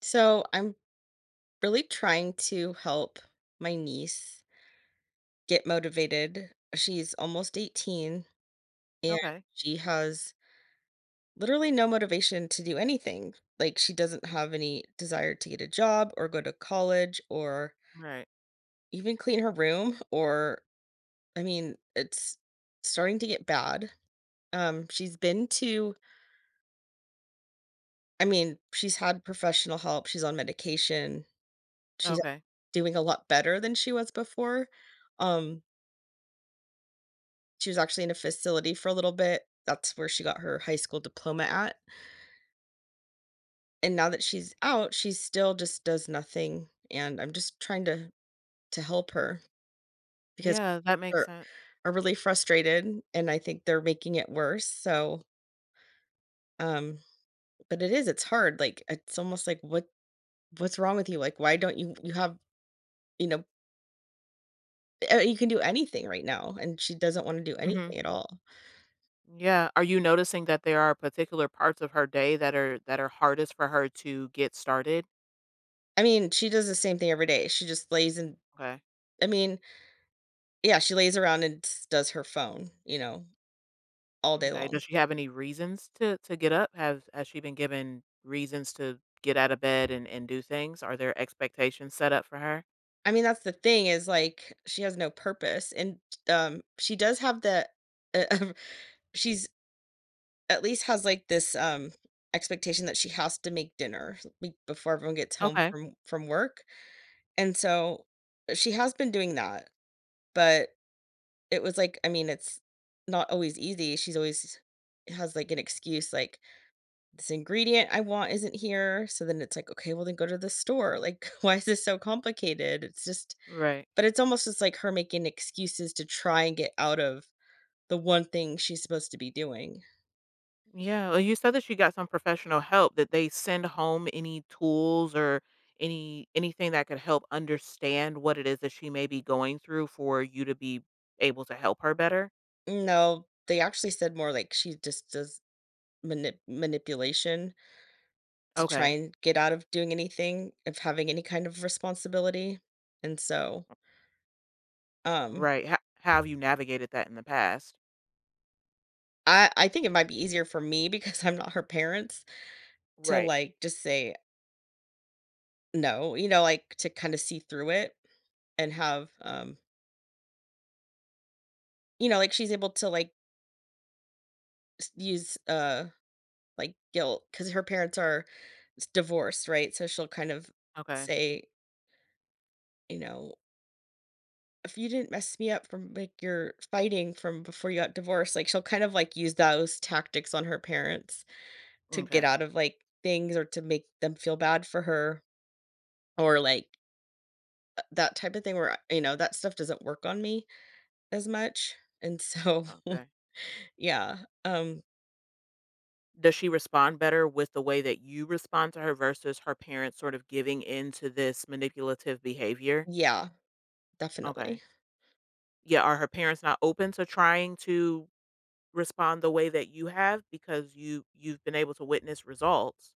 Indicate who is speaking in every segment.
Speaker 1: So I'm really trying to help my niece get motivated. She's almost 18 and
Speaker 2: Okay.
Speaker 1: she has literally no motivation to do anything. Like she doesn't have any desire to get a job or go to college or
Speaker 2: Right.
Speaker 1: even clean her room or, I mean, it's starting to get bad. She's been to, I mean, she's had professional help, she's on medication. She's
Speaker 2: Okay.
Speaker 1: doing a lot better than she was before. Um She was actually in a facility for a little bit. That's where she got her high school diploma at. And now that she's out, she still just does nothing, and I'm just trying to help her because
Speaker 2: Yeah, that makes
Speaker 1: are
Speaker 2: sense.
Speaker 1: are really frustrated, and I think they're making it worse, so, um but it is, it's hard, like, it's almost like, "What's wrong with you?" Like, "Why don't you have" you know, "Eh, you can do anything right now," and she doesn't wanna do
Speaker 2: Mhm.
Speaker 1: anything at all.
Speaker 2: Yeah. Are you noticing that there are particular parts of her day that are hardest for her to get started?
Speaker 1: I mean, she does the same thing every day. She just lays in,
Speaker 2: Okay.
Speaker 1: I mean, yeah, she lays around and s does her phone, you know, all day
Speaker 2: Okay.
Speaker 1: long.
Speaker 2: Does she have any reasons to get up? Have has she been given reasons to get out of bed and do things? Are there expectations set up for her?
Speaker 1: I mean, that's the thing is, like, she has no purpose, and, she does have the uh, she's at least has, like, this, expectation that she has to make dinner be before everyone gets home
Speaker 2: Okay.
Speaker 1: from work, and so, she has been doing that, but it was like, I mean, it's not always easy, she's always has, like, an excuse, like, this ingredient I want isn't here. So then it's like, okay, well then go to the store. Like, why is this so complicated? It's just,
Speaker 2: Right.
Speaker 1: but it's almost just like her making excuses to try and get out of the one thing she's supposed to be doing.
Speaker 2: Yeah, well, you said that you got some professional help. Did they send home any tools or anything that could help understand what it is that she may be going through for you to be able to help her better?
Speaker 1: No, they actually said more like she just does manipulation to try
Speaker 2: Okay.
Speaker 1: and get out of doing anything, of having any kind of responsibility. And so, um,
Speaker 2: Right. How have you navigated that in the past?
Speaker 1: I think it might be easier for me because I'm not her parents to
Speaker 2: Right.
Speaker 1: like just say no, you know, like, to kinda see through it and have, you know, like, she's able to, like, s use, like, guilt because her parents are s divorced, right? So she'll kind of
Speaker 2: Okay.
Speaker 1: say, you know, "If you didn't mess me up from, like, your fighting from before you got divorced," like, she'll kind of, like, use those tactics on her parents to get
Speaker 2: Okay.
Speaker 1: out of, like, things or to make them feel bad for her or, like, that type of thing where, you know, that stuff doesn't work on me as much, and so
Speaker 2: Okay.
Speaker 1: yeah,
Speaker 2: Does she respond better with the way that you respond to her versus her parents sort of giving in to this manipulative behavior?
Speaker 1: yeah, definitely.
Speaker 2: Okay. Yeah. Are her parents not open to trying to respond the way that you have because you've been able to witness results?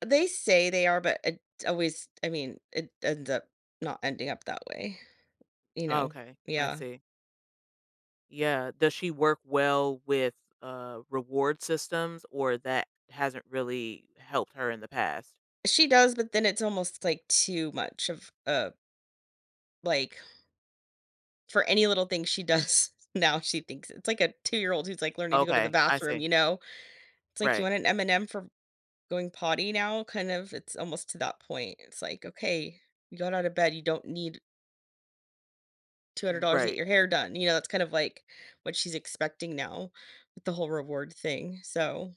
Speaker 1: They say they are, but it always, I mean, it ends up not ending up that way, you know?
Speaker 2: Okay, I
Speaker 1: Yeah.
Speaker 2: see. Yeah, does she work well with, reward systems, or that hasn't really helped her in the past?
Speaker 1: She does, but then it's almost, like, too much of a, like, for any little thing she does, now she thinks it's like a two-year-old who's, like, learning to go to the
Speaker 2: Okay, I
Speaker 1: bathroom,
Speaker 2: see.
Speaker 1: you know? It's like, "You
Speaker 2: Right.
Speaker 1: want an M&M for going potty now?" Kind of, it's almost to that point. It's like, "Okay, you got out of bed, you don't need $200 to get
Speaker 2: Right.
Speaker 1: your hair done, you know, that's kind of like what she's expecting now with the whole reward thing, so,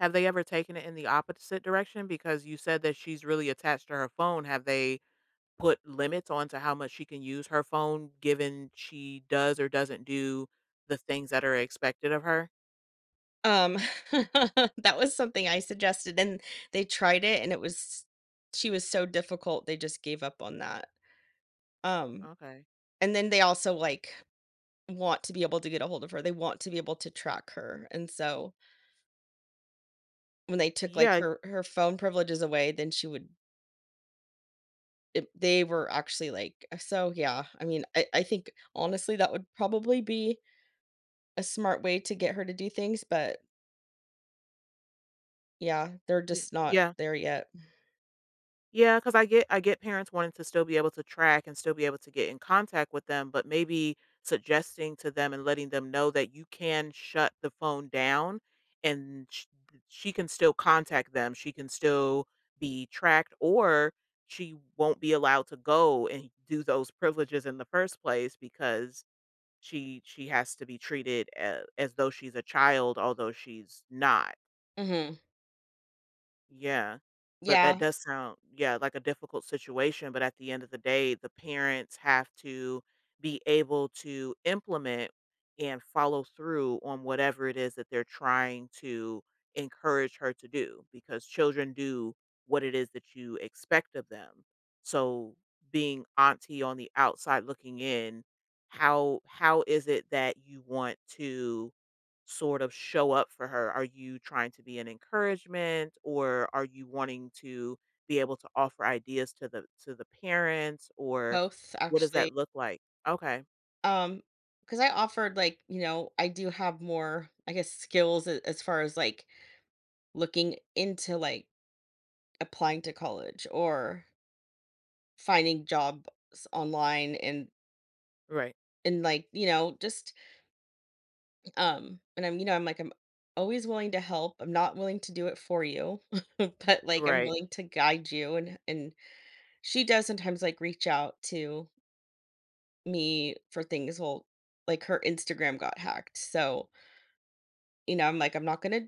Speaker 2: Have they ever taken it in the opposite direction? Because you said that she's really attached to her phone. Have they put limits onto how much she can use her phone given she does or doesn't do the things that are expected of her?
Speaker 1: um, that was something I suggested, and they tried it, and it was she was so difficult, they just gave up on that, um,
Speaker 2: Okay.
Speaker 1: and then they also, like, want to be able to get a hold of her, they want to be able to track her, and so when they took, like,
Speaker 2: Yeah.
Speaker 1: her phone privileges away, then she would it they were actually like so, yeah, I mean, I think honestly, that would probably be a smart way to get her to do things, but yeah, they're
Speaker 2: Ye
Speaker 1: just not
Speaker 2: yeah.
Speaker 1: there yet.
Speaker 2: Because I get parents wanting to still be able to track and still be able to get in contact with them, but maybe suggesting to them and letting them know that you can shut the phone down and sh she can still contact them, she can still be tracked, or she won't be allowed to go and do those privileges in the first place because she has to be treated a as though she's a child, although she's not.
Speaker 1: Mhm.
Speaker 2: Yeah, but that
Speaker 1: Yeah,
Speaker 2: does sound, yeah, like a difficult situation, but at the end of the day, the parents have to be able to implement and follow through on whatever it is that they're trying to encourage her to do, because children do what it is that you expect of them. So, being auntie on the outside looking in, how is it that you want to sort of show up for her? Are you trying to be an encouragement, or are you wanting to be able to offer ideas to the parents, or
Speaker 1: both
Speaker 2: what does
Speaker 1: actually.
Speaker 2: that look like? Okay.
Speaker 1: Um, because I offered like, you know, I do have more, I guess, skills a- as far as like looking into like applying to college or finding jobs online and
Speaker 2: Right.
Speaker 1: and like, you know, just and I'm, you know, I'm always willing to help. I'm not willing to do it for you, but like I'm
Speaker 2: Right.
Speaker 1: willing to guide you and she does sometimes, like, reach out to me for things, well, like, her Instagram got hacked, so, you know, I'm like, "I'm not gonna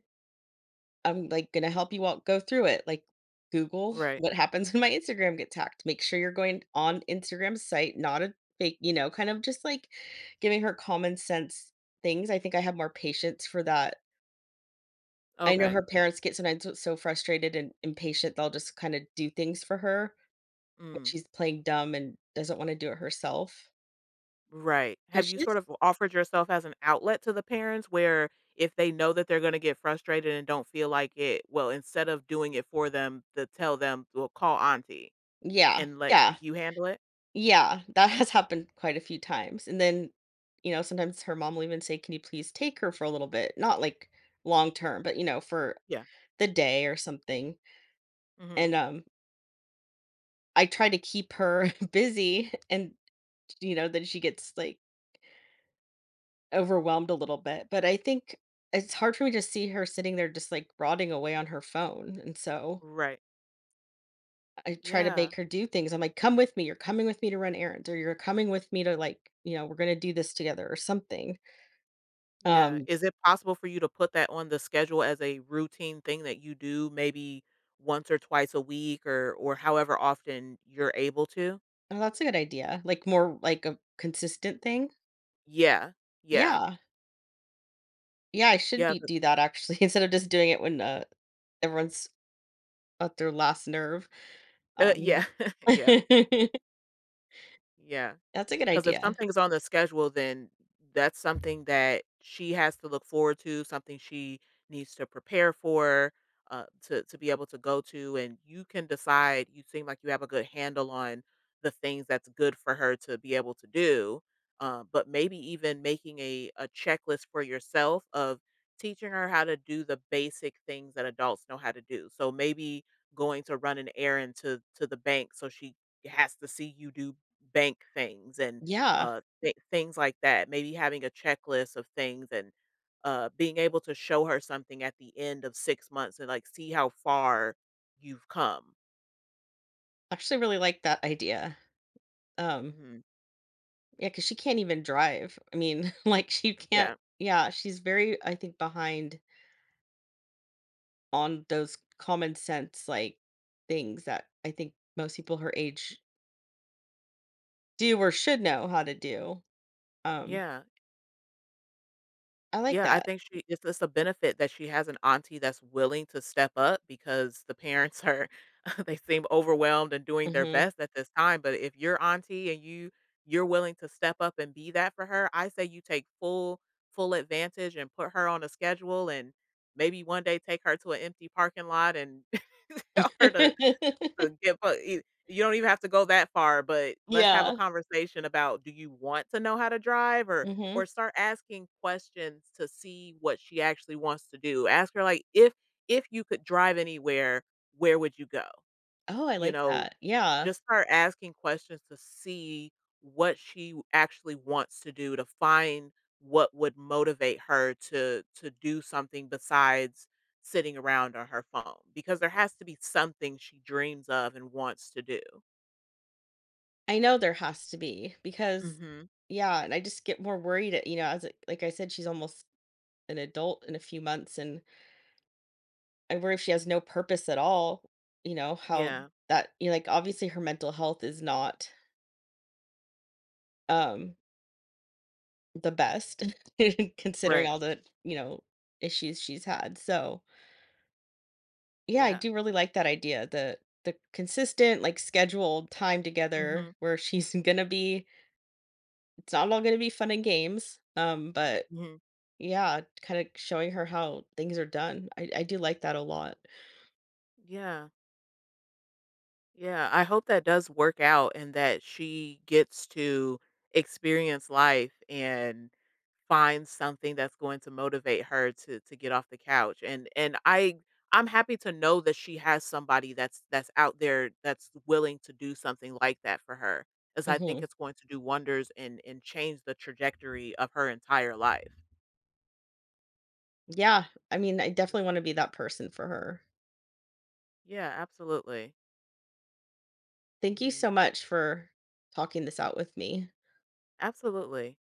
Speaker 1: I'm, like, gonna help you out go through it, like, Google
Speaker 2: Right.
Speaker 1: what happens when my Instagram gets hacked. Make sure you're going on Instagram's site, not a fake" you know, kind of just, like, giving her common sense things. I think I have more patience for that. I know
Speaker 2: Okay.
Speaker 1: her parents get sometimes s so frustrated and impatient, they'll just kinda do things for her when
Speaker 2: Mm.
Speaker 1: she's playing dumb and doesn't wanna do it herself,
Speaker 2: Right.
Speaker 1: 'cause
Speaker 2: Have
Speaker 1: she
Speaker 2: you
Speaker 1: is.
Speaker 2: sort of offered yourself as an outlet to the parents where if they know that they're going to get frustrated and don't feel like it, well, instead of doing it for them, to tell them, well, call auntie
Speaker 1: Yeah,
Speaker 2: and let
Speaker 1: yeah,
Speaker 2: you handle it?
Speaker 1: yeah, that has happened quite a few times, and then, you know, sometimes her mom will even say, "Can you please take her for a little bit?" Not, like, long term, but, you know, for
Speaker 2: Yeah.
Speaker 1: the day or something,
Speaker 2: Hmm.
Speaker 1: and, I try to keep her busy and, you know, then she gets, like, overwhelmed a little bit, but I think it's hard for me to see her sitting there just, like, rotting away on her phone, and so
Speaker 2: Right.
Speaker 1: I try to
Speaker 2: Yeah.
Speaker 1: make her do things. I'm like, "Come with me, you're coming with me to run errands," or, "You're coming with me to, like, you know, we're gonna do this together," or something.
Speaker 2: Yeah.
Speaker 1: Um,
Speaker 2: Is it possible for you to put that on the schedule as a routine thing that you do maybe once or twice a week, or however often you're able to?
Speaker 1: oh, that's a good idea. Like more like a consistent thing?
Speaker 2: Yeah. Yeah.
Speaker 1: Yeah. Yeah, I should
Speaker 2: Yeah.
Speaker 1: be do that actually instead of just doing it when, everyone's at their last nerve.
Speaker 2: Uh,
Speaker 1: Um,
Speaker 2: yeah. yeah.
Speaker 1: that's
Speaker 2: Yeah.
Speaker 1: a good
Speaker 2: 'Cause if
Speaker 1: idea.
Speaker 2: something's on the schedule, then that's something that she has to look forward to, something she needs to prepare for, to be able to go to, and you can decide. You seem like you have a good handle on the things that's good for her to be able to do, but maybe even making a checklist for yourself of teaching her how to do the basic things that adults know how to do. So, maybe going to run an errand to the bank so she has to see you do bank things and
Speaker 1: Yeah,
Speaker 2: things like that. Maybe having a checklist of things, and being able to show her something at the end of 6 months and like see how far you've come.
Speaker 1: I actually really like that idea. Um,
Speaker 2: Hmm.
Speaker 1: yeah, cause she can't even drive. I mean, like she can't
Speaker 2: Yeah,
Speaker 1: yeah, she's very, I think, behind on those common sense, like, things that I think most people her age do or should know how to do. Um
Speaker 2: yeah.
Speaker 1: I like
Speaker 2: Yeah, I
Speaker 1: that.
Speaker 2: think she it's a benefit that she has an auntie that's willing to step up, because the parents are they seem overwhelmed and doing their
Speaker 1: Mhm.
Speaker 2: best at this time, but if you're auntie and you're willing to step up and be that for her, I say you take full advantage and put her on a schedule and maybe one day take her to an empty parking lot and tell her to get fu you don't even have to go that far, but let's have a
Speaker 1: Yeah.
Speaker 2: conversation about do you want to know how to drive, or
Speaker 1: Mhm.
Speaker 2: start asking questions to see what she actually wants to do. Ask her like, "If you could drive anywhere, where would you go?"
Speaker 1: Oh, I
Speaker 2: You
Speaker 1: like
Speaker 2: know?
Speaker 1: that. Yeah.
Speaker 2: Just start asking questions to see what actually wants to do, to find what would motivate her to do something besides sitting around on her phone, because there has to be something she dreams of and wants to do.
Speaker 1: I know there has to be because
Speaker 2: Mhm.
Speaker 1: yeah, and I just get more worried, at you know, as it- like I said, she's almost an adult in a few months, and I worry if she has no purpose at all, you know, how
Speaker 2: Yeah.
Speaker 1: that you know, like, obviously, her mental health is not, um, the best considering
Speaker 2: Right.
Speaker 1: all the, you know, issues she's had, so yeah, I
Speaker 2: Yeah.
Speaker 1: do really like that idea. The consistent, like, scheduled time
Speaker 2: Mhm.
Speaker 1: together where she's gonna be it's not all gonna be fun and games, but
Speaker 2: Mhm.
Speaker 1: yeah, kinda showing her how things are done. I do like that a lot.
Speaker 2: Yeah. Yeah, I hope that does work out and that she gets to experience life and find something that's going to motivate her to get off the couch, and and I'm happy to know that she has somebody that's out there that's willing to do something like that for her, as I think
Speaker 1: Mhm.
Speaker 2: it's going to do wonders and change the trajectory of her entire life.
Speaker 1: Yeah, I mean, I
Speaker 2: Yeah,
Speaker 1: definitely wanna be that person for her.
Speaker 2: yeah, absolutely.
Speaker 1: Thank you
Speaker 2: Mhm.
Speaker 1: so much for talking this out with me.
Speaker 2: Absolutely.